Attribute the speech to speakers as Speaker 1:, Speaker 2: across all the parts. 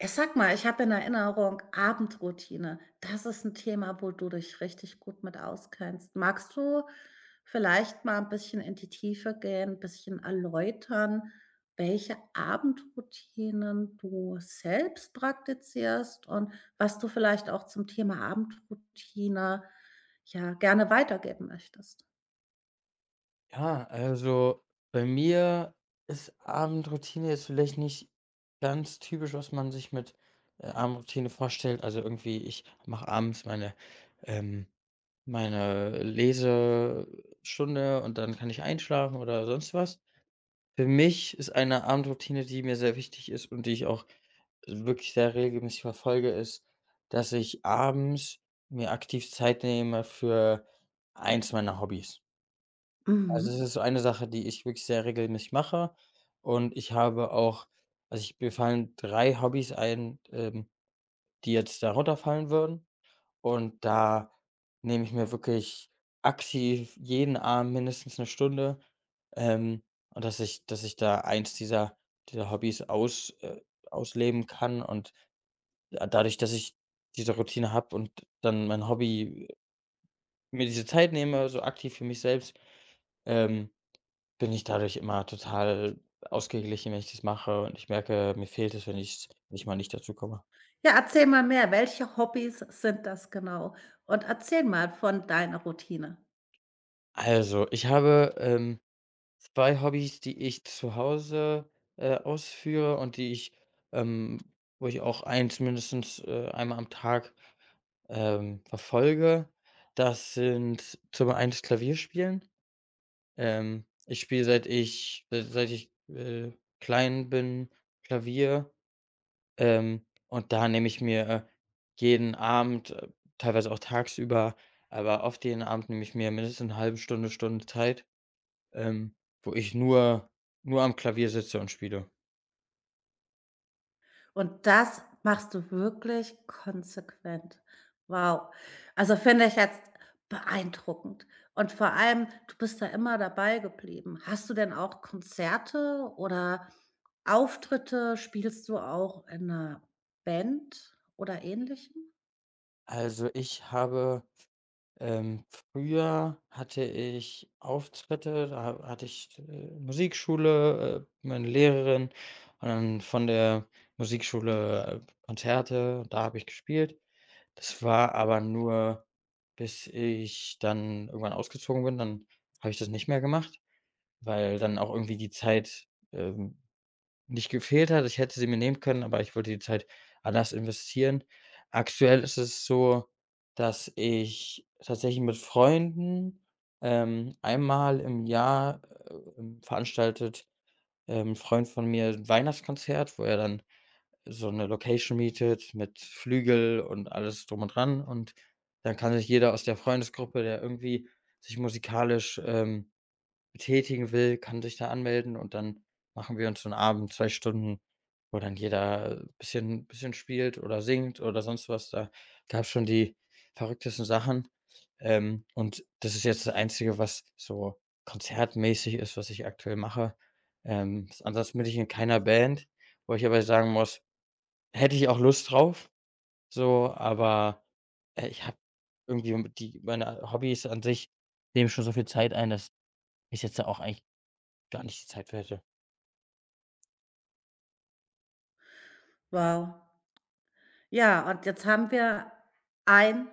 Speaker 1: Ja, sag mal, ich habe in Erinnerung Abendroutine. Das ist 'n Thema, wo du dich richtig gut mit auskennst. Magst du vielleicht mal 'n bisschen in die Tiefe gehen, bisschen erläutern, welche Abendroutinen du selbst praktizierst und was du vielleicht auch zum Thema Abendroutine, ja, gerne weitergeben möchtest?
Speaker 2: Ja, also bei mir ist Abendroutine jetzt vielleicht nicht ganz typisch, was man sich mit Abendroutine vorstellt. Also irgendwie, ich mache abends ähm, meine Lesestunde und dann kann ich einschlafen oder sonst was. Für mich ist eine Abendroutine, die mir sehr wichtig ist und die ich auch wirklich sehr regelmäßig verfolge, ist, dass ich abends mir aktiv Zeit nehme für eins meiner Hobbys. Also, es
Speaker 1: Mhm.
Speaker 2: ist so eine Sache, die ich wirklich sehr regelmäßig mache, und ich habe auch, also, ich mir fallen 3 Hobbys ein, die jetzt darunter fallen würden, und da nehme ich mir wirklich aktiv jeden Abend mindestens eine Stunde, ähm, und dass ich da eins dieser Hobbys ausleben kann. Und da dadurch, dass ich diese Routine habe und dann mein Hobby, mir diese Zeit nehme, so aktiv für mich selbst, ähm bin ich dadurch immer total ausgeglichen, wenn ich das mache, und ich merke, mir fehlt es, wenn ich mal nicht dazu komme.
Speaker 1: Ja, erzähl mal mehr. Welche Hobbys sind das genau? Und erzähl mal von deiner Routine.
Speaker 2: Also, ich habe, 2 Hobbys, die ich zu Hause ausführe und ähm wo ich auch eins mindestens, einmal am Tag, verfolge. Das sind zum einen das Klavierspielen. Ich spiele, seit ich klein bin, Klavier. Und da nehme ich mir, jeden Abend, teilweise auch tagsüber, aber oft jeden Abend nehme ich mir mindestens eine halbe Stunde, Stunde Zeit, ähm, wo ich nur am Klavier sitze und spiele.
Speaker 1: Und das machst du wirklich konsequent. Wow. Also, finde ich jetzt beeindruckend. Und vor allem, du bist da immer dabei geblieben. Hast du denn auch Konzerte oder Auftritte? Spielst du auch in einer Band oder Ähnlichem?
Speaker 2: Also, ich habe, ähm, früher hatte ich Auftritte, da ha hatte ich, Musikschule, meine Lehrerin, und dann von der Musikschule Konzerte, da habe ich gespielt. Das war aber nur, bis ich dann irgendwann ausgezogen bin. Dann habe ich das nicht mehr gemacht, weil dann auch irgendwie die Zeit, ähm, nicht gefehlt hat. Ich hätte sie mir nehmen können, aber ich wollte die Zeit anders investieren. Aktuell ist es so, dass ich tatsächlich mit Freunden, einmal im Jahr, veranstaltet, 'n Freund von mir 'n Weihnachtskonzert, wo er dann so 'ne Location mietet mit Flügel und alles drum und dran, und dann kann sich jeder aus der Freundesgruppe, der irgendwie sich musikalisch, betätigen will, kann sich da anmelden, und dann machen wir uns so 'n Abend, 2 Stunden, wo dann jeder bisschen spielt oder singt oder sonst was. Da gab's schon die verrücktesten Sachen. Und das ist jetzt das Einzige, was so konzertmäßig ist, was ich aktuell mache. S Ansonsten bin ich in keiner Band, wo ich aber sagen muss, hätte ich auch Lust drauf, so, aber, ich habe irgendwie mit die meine Hobbys an sich nehmen schon so viel Zeit ein, dass ich jetzt da auch eigentlich gar nicht die Zeit für hätte.
Speaker 1: Wow. Ja, und jetzt haben wir ein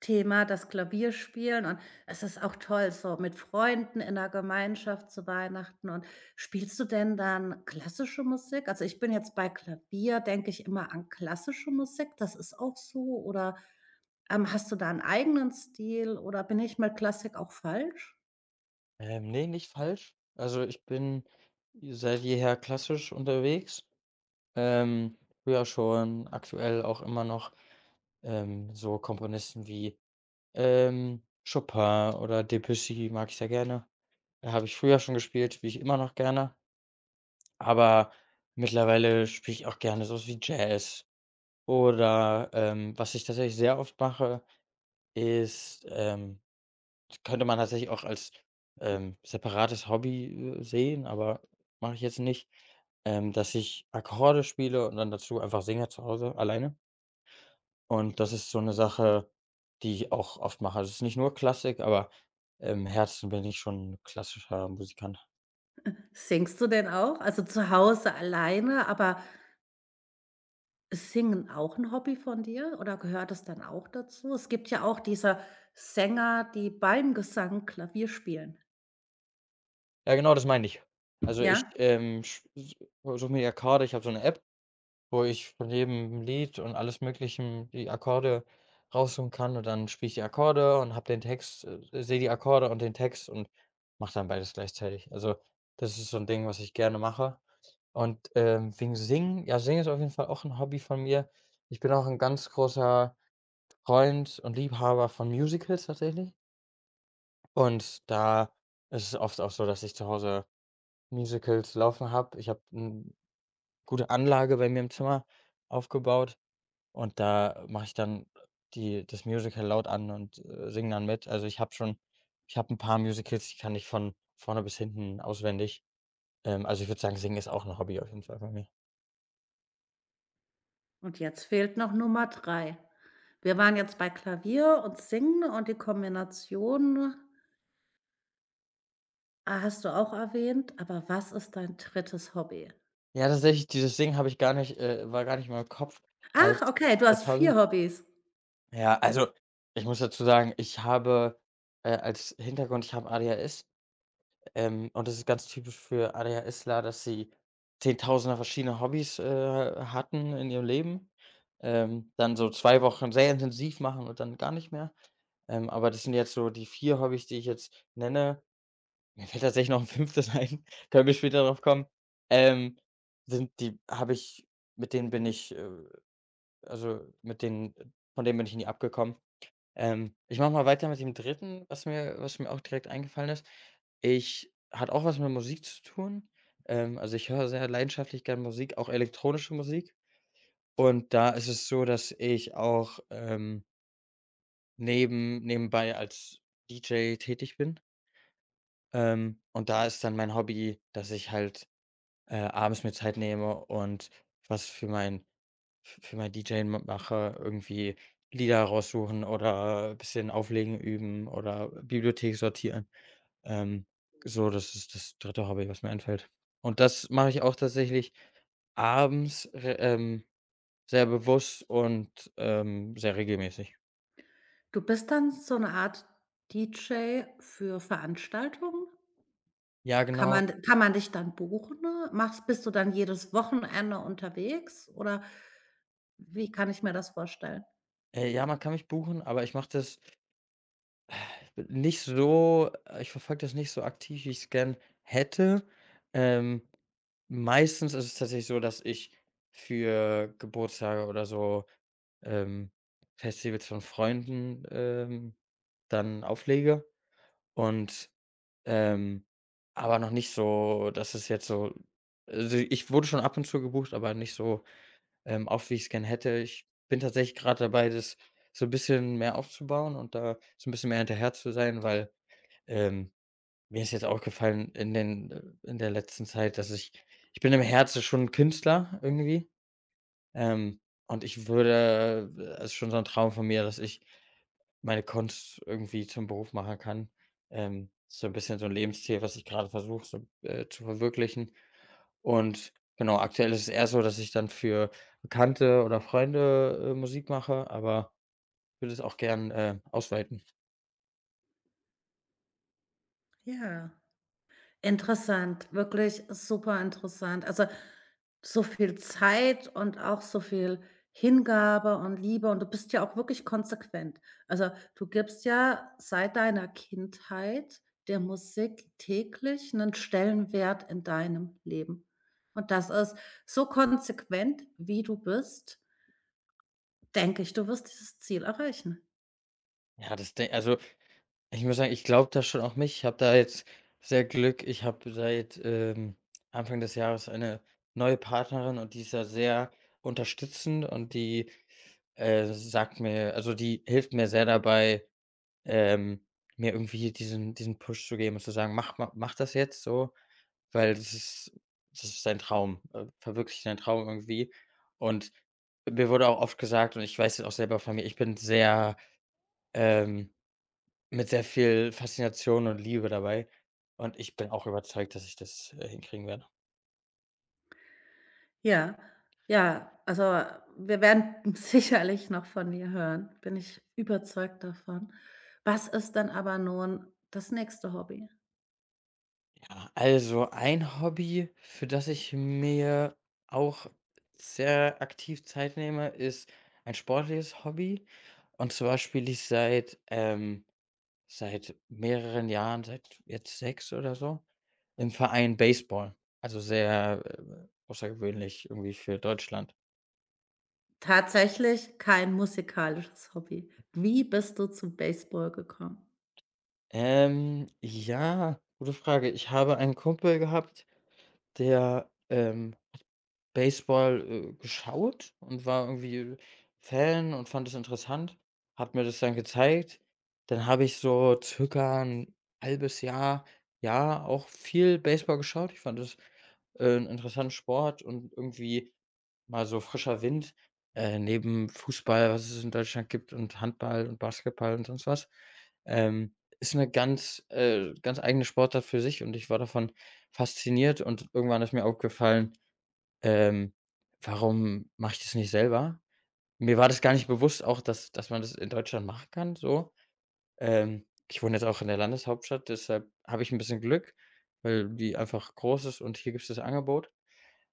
Speaker 1: Thema, das Klavierspielen, und es ist auch toll, so mit Freunden in der Gemeinschaft zu Weihnachten. Und spielst du denn dann klassische Musik? Also, ich bin jetzt bei Klavier, denke ich immer an klassische Musik, das ist auch so, oder, hast du da einen eigenen Stil oder bin ich mit Klassik auch falsch?
Speaker 2: Ne, nicht falsch. Also, ich bin seit jeher klassisch unterwegs. Ähm, Früher schon, aktuell auch immer noch, so Komponisten wie, ähm, Chopin oder Debussy, mag ich sehr gerne. Da habe ich früher schon gespielt, wie ich immer noch gerne. Aber mittlerweile spiele ich auch gerne so wie Jazz, oder was ich tatsächlich sehr oft mache, ist, das könnte man tatsächlich auch als, separates Hobby, sehen, aber mache ich jetzt nicht, dass ich Akkorde spiele und dann dazu einfach singe zu Hause alleine. Und das ist so eine Sache, die ich auch oft mache. Also, es ist nicht nur Klassik, aber im Herzen bin ich schon ein klassischer Musikant.
Speaker 1: Singst du denn auch? Also, zu Hause alleine, aber ist Singen auch ein Hobby von dir oder gehört es dann auch dazu? Es gibt ja auch diese Sänger, die beim Gesang Klavier spielen,
Speaker 2: Ja, genau, das meine ich. Also, ich,
Speaker 1: ja?
Speaker 2: sch s suche mir die Akkorde, ich habe so eine App, wo ich von jedem Lied und alles Möglichen die Akkorde raussuchen kann, und dann spiele ich die Akkorde und habe den Text, sehe die Akkorde und den Text, und mache dann beides gleichzeitig. Also, das ist so ein Ding, was ich gerne mache. Und wegen Singen, ja, Singen ist auf jeden Fall auch ein Hobby von mir. Ich bin auch ein ganz großer Freund und Liebhaber von Musicals tatsächlich. Und da ist es oft auch so, dass ich zu Hause Musicals laufen habe. Ich habe eine gute Anlage bei mir im Zimmer aufgebaut, und da mache ich dann die das Musical laut an und, singe dann mit. Also, ich habe ein paar Musicals, die kann ich von vorne bis hinten auswendig. Also, ich würde sagen, Singen ist auch ein Hobby auf jeden Fall bei mir.
Speaker 1: Und jetzt fehlt noch Nummer 3. Wir waren jetzt bei Klavier und Singen und die Kombination, ah, hast du auch erwähnt, aber was ist dein drittes Hobby?
Speaker 2: Ja, tatsächlich, dieses Singen habe ich gar nicht, war gar nicht in meinem Kopf als
Speaker 1: Ach, okay, du
Speaker 2: als
Speaker 1: hast
Speaker 2: Hobby.
Speaker 1: vier Hobbys.
Speaker 2: Ja, also, ich muss dazu sagen, ich habe, als Hintergrund, ich habe ADHS. Und das ist ganz typisch für ADHSler, dass sie Zehntausender verschiedene Hobbys hatten in ihrem Leben, dann so 2 Wochen sehr intensiv machen und dann gar nicht mehr. Aber das sind jetzt so die 4 Hobbys, die ich jetzt nenne. Mir fällt tatsächlich noch ein fünftes ein, können wir später drauf kommen. Ähm, Sind die habe ich, mit denen bin ich, also, mit denen von denen bin ich nie abgekommen. Ich mache mal weiter mit dem Dritten, was mir auch direkt eingefallen ist. Ich hat auch was mit Musik zu tun. Also, ich höre sehr leidenschaftlich gerne Musik, auch elektronische Musik. Und da ist es so, dass ich auch, nebenbei als DJ tätig bin. Und da ist dann mein Hobby, dass ich halt, abends mir Zeit nehme und was für mein f für mein DJing ma mache, irgendwie Lieder raussuchen oder ein bisschen auflegen üben oder Bibliothek sortieren. Ähm, so, das ist das dritte Hobby, was mir einfällt. Und das mache ich auch tatsächlich abends, re sehr bewusst und, sehr regelmäßig.
Speaker 1: Du bist dann so eine Art DJ für Veranstaltungen?
Speaker 2: Ja,
Speaker 1: Kann
Speaker 2: genau.
Speaker 1: man kann man dich dann buchen? Machst bist du dann jedes Wochenende unterwegs oder wie kann ich mir das vorstellen?
Speaker 2: Ja, man kann mich buchen, aber ich mache das nicht so, ich verfolge das nicht so aktiv, wie ich's gern hätte. Ähm, Meistens ist es tatsächlich so, dass ich für Geburtstage oder so, ähm, Festivals von Freunden, dann auflege und, ähm aber noch nicht so, dass es jetzt so, also, ich wurde schon ab und zu gebucht, aber nicht so, oft, wie ich's gern hätte. Ich bin tatsächlich gerade dabei, das so ein bisschen mehr aufzubauen und da so ein bisschen mehr hinterher zu sein, weil, ähm, mir ist jetzt aufgefallen in den in der letzten Zeit, dass ich bin im Herzen schon Künstler irgendwie, ähm, und ich würde, es ist schon so ein Traum von mir, dass ich meine Kunst irgendwie zum Beruf machen kann. So ein bisschen so ein Lebensziel, was ich gerade versuche, so, zu verwirklichen. Und genau, aktuell ist es eher so, dass ich dann für Bekannte oder Freunde, Musik mache, aber würde es auch gern, ausweiten.
Speaker 1: Ja, interessant, wirklich super interessant. Also, so viel Zeit und auch so viel Hingabe und Liebe, und du bist ja auch wirklich konsequent. Also, du gibst ja seit deiner Kindheit der Musik täglich einen Stellenwert in deinem Leben. Und das ist so konsequent, wie du bist, denke ich, du wirst dieses Ziel erreichen.
Speaker 2: Ja, das de also ich muss sagen, ich glaube da schon auch mich. Ich habe da jetzt sehr Glück. Ich habe seit, Anfang des Jahres eine neue Partnerin, und die ist da sehr unterstützend, und die, sagt mir, also, die hilft mir sehr dabei, ähm, mir irgendwie diesen Push zu geben und zu sagen: „Mach das jetzt so, weil das ist dein Traum. Verwirkliche deinen Traum irgendwie.“ Und mir wurde auch oft gesagt und ich weiß es auch selber von mir, ich bin sehr, ähm mit sehr viel Faszination und Liebe dabei, und ich bin auch überzeugt, dass ich das, hinkriegen werde.
Speaker 1: Ja, ja, also, wir werden sicherlich noch von dir hören, bin ich überzeugt davon. Was ist dann aber nun das nächste Hobby?
Speaker 2: Ja, also ein Hobby, für das ich mir auch sehr aktiv Zeit nehme, ist ein sportliches Hobby. Und zwar spiele ich seit, seit mehreren Jahren, seit jetzt 6 oder so, im Verein Baseball. Also sehr, außergewöhnlich irgendwie für Deutschland.
Speaker 1: Tatsächlich kein musikalisches Hobby. Wie bist du zum Baseball gekommen?
Speaker 2: Ja, gute Frage. Ich habe einen Kumpel gehabt, der, Baseball, geschaut und war irgendwie, Fan und fand es interessant, hat mir das dann gezeigt. Dann habe ich so circa ein halbes Jahr, ja, auch viel Baseball geschaut. Ich fand es, 'n interessanten Sport, und irgendwie mal so frischer Wind, neben Fußball, was es in Deutschland gibt, und Handball und Basketball und sonst was. Ist eine ganz eigene Sportart für sich, und ich war davon fasziniert, und irgendwann ist mir aufgefallen, ähm, warum mache ich das nicht selber? Mir war das gar nicht bewusst auch, dass man das in Deutschland machen kann so. Ich wohne jetzt auch in der Landeshauptstadt, deshalb habe ich ein bisschen Glück, weil die einfach groß ist und hier gibt es das Angebot.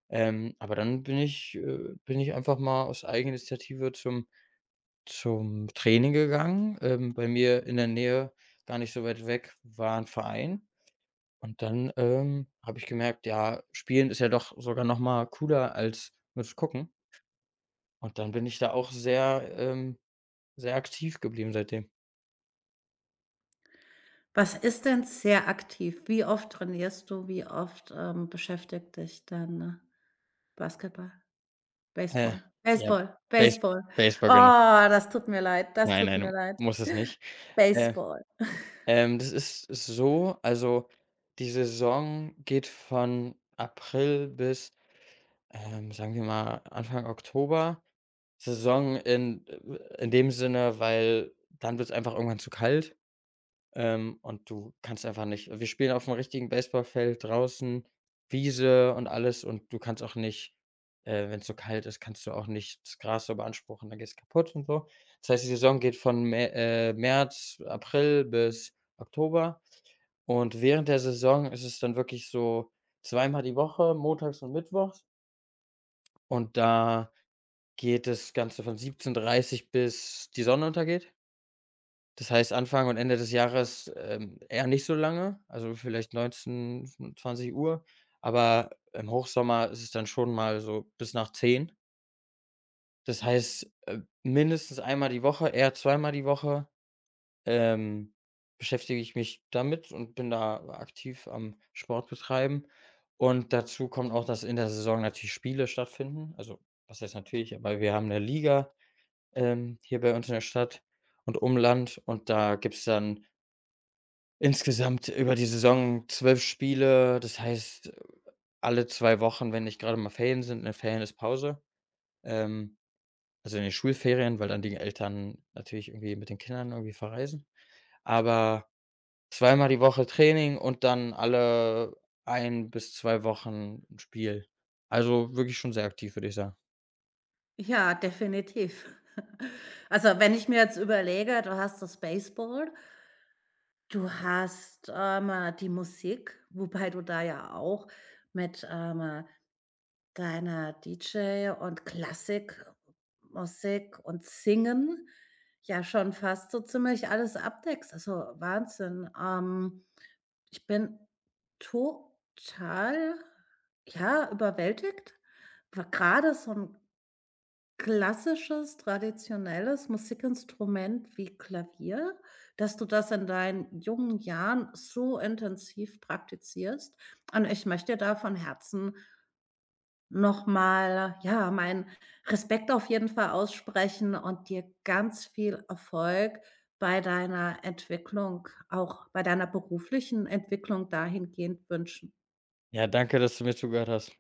Speaker 2: Aber dann bin ich einfach mal aus Eigeninitiative zum Training gegangen. Bei mir in der Nähe, gar nicht so weit weg, war ein Verein, und dann habe ich gemerkt, ja, spielen ist ja doch sogar noch mal cooler als nur zu gucken. Und dann bin ich da auch sehr, sehr aktiv geblieben seitdem.
Speaker 1: Was ist denn sehr aktiv? Wie oft trainierst du? Wie oft beschäftigt dich dein Basketball?
Speaker 2: Äh,
Speaker 1: Baseball,
Speaker 2: ja,
Speaker 1: Baseball,
Speaker 2: Base
Speaker 1: Baseball.
Speaker 2: Baseball, genau.
Speaker 1: Oh, das tut mir leid, das
Speaker 2: Nein,
Speaker 1: tut mir
Speaker 2: nein,
Speaker 1: leid.
Speaker 2: muss es nicht. Äh,
Speaker 1: Baseball.
Speaker 2: Das ist so, also, die Saison geht von April bis, sagen wir mal, Anfang Oktober. Saison in, in dem Sinne, weil dann wird es einfach irgendwann zu kalt. Und du kannst einfach nicht, wir spielen auf auf'm richtigen Baseballfeld draußen, Wiese und alles, und du kannst auch nicht, wenn es so kalt ist, kannst du auch nicht das Gras so beanspruchen, dann geht es kaputt und so. Das heißt, die Saison geht von Mä März, April bis Oktober, und während der Saison ist es dann wirklich so zweimal die Woche, montags und mittwochs, und da geht das Ganze von 17:30 bis die Sonne untergeht. Das heißt, Anfang und Ende des Jahres, eher nicht so lange, also vielleicht 19 Uhr, aber im Hochsommer ist es dann schon mal so bis nach 10. Das heißt, mindestens einmal die Woche, eher zweimal die Woche, ähm, beschäftige ich mich damit und bin da aktiv am Sport betreiben. Und dazu kommt auch, dass in der Saison natürlich Spiele stattfinden. Also, was heißt natürlich, aber wir haben eine Liga, hier bei uns in der Stadt und Umland, und da gibt es dann insgesamt über die Saison 12 Spiele, das heißt, alle 2 Wochen, wenn nicht gerade mal Ferien sind, ne, Ferien ist Pause, ähm, also in den Schulferien, weil dann die Eltern natürlich irgendwie mit den Kindern irgendwie verreisen. Aber zweimal die Woche Training und dann alle ein bis 2 Wochen 'n Spiel. Also wirklich schon sehr aktiv, würde ich sagen.
Speaker 1: Ja, definitiv. Also, wenn ich mir jetzt überlege, du hast das Baseball, du hast, die Musik, wobei du da ja auch mit, deiner DJ und Klassikmusik und Singen ja schon fast so ziemlich alles abdeckst. Also, Wahnsinn. Ich bin total, ja, überwältigt. Wa grade so 'n klassisches, traditionelles Musikinstrument wie Klavier, dass du das in deinen jungen Jahren so intensiv praktizierst. Und ich möchte da von Herzen noch mal, ja, meinen Respekt auf jeden Fall aussprechen und dir ganz viel Erfolg bei deiner Entwicklung, auch bei deiner beruflichen Entwicklung dahingehend wünschen.
Speaker 2: Ja, danke, dass du mir zugehört hast.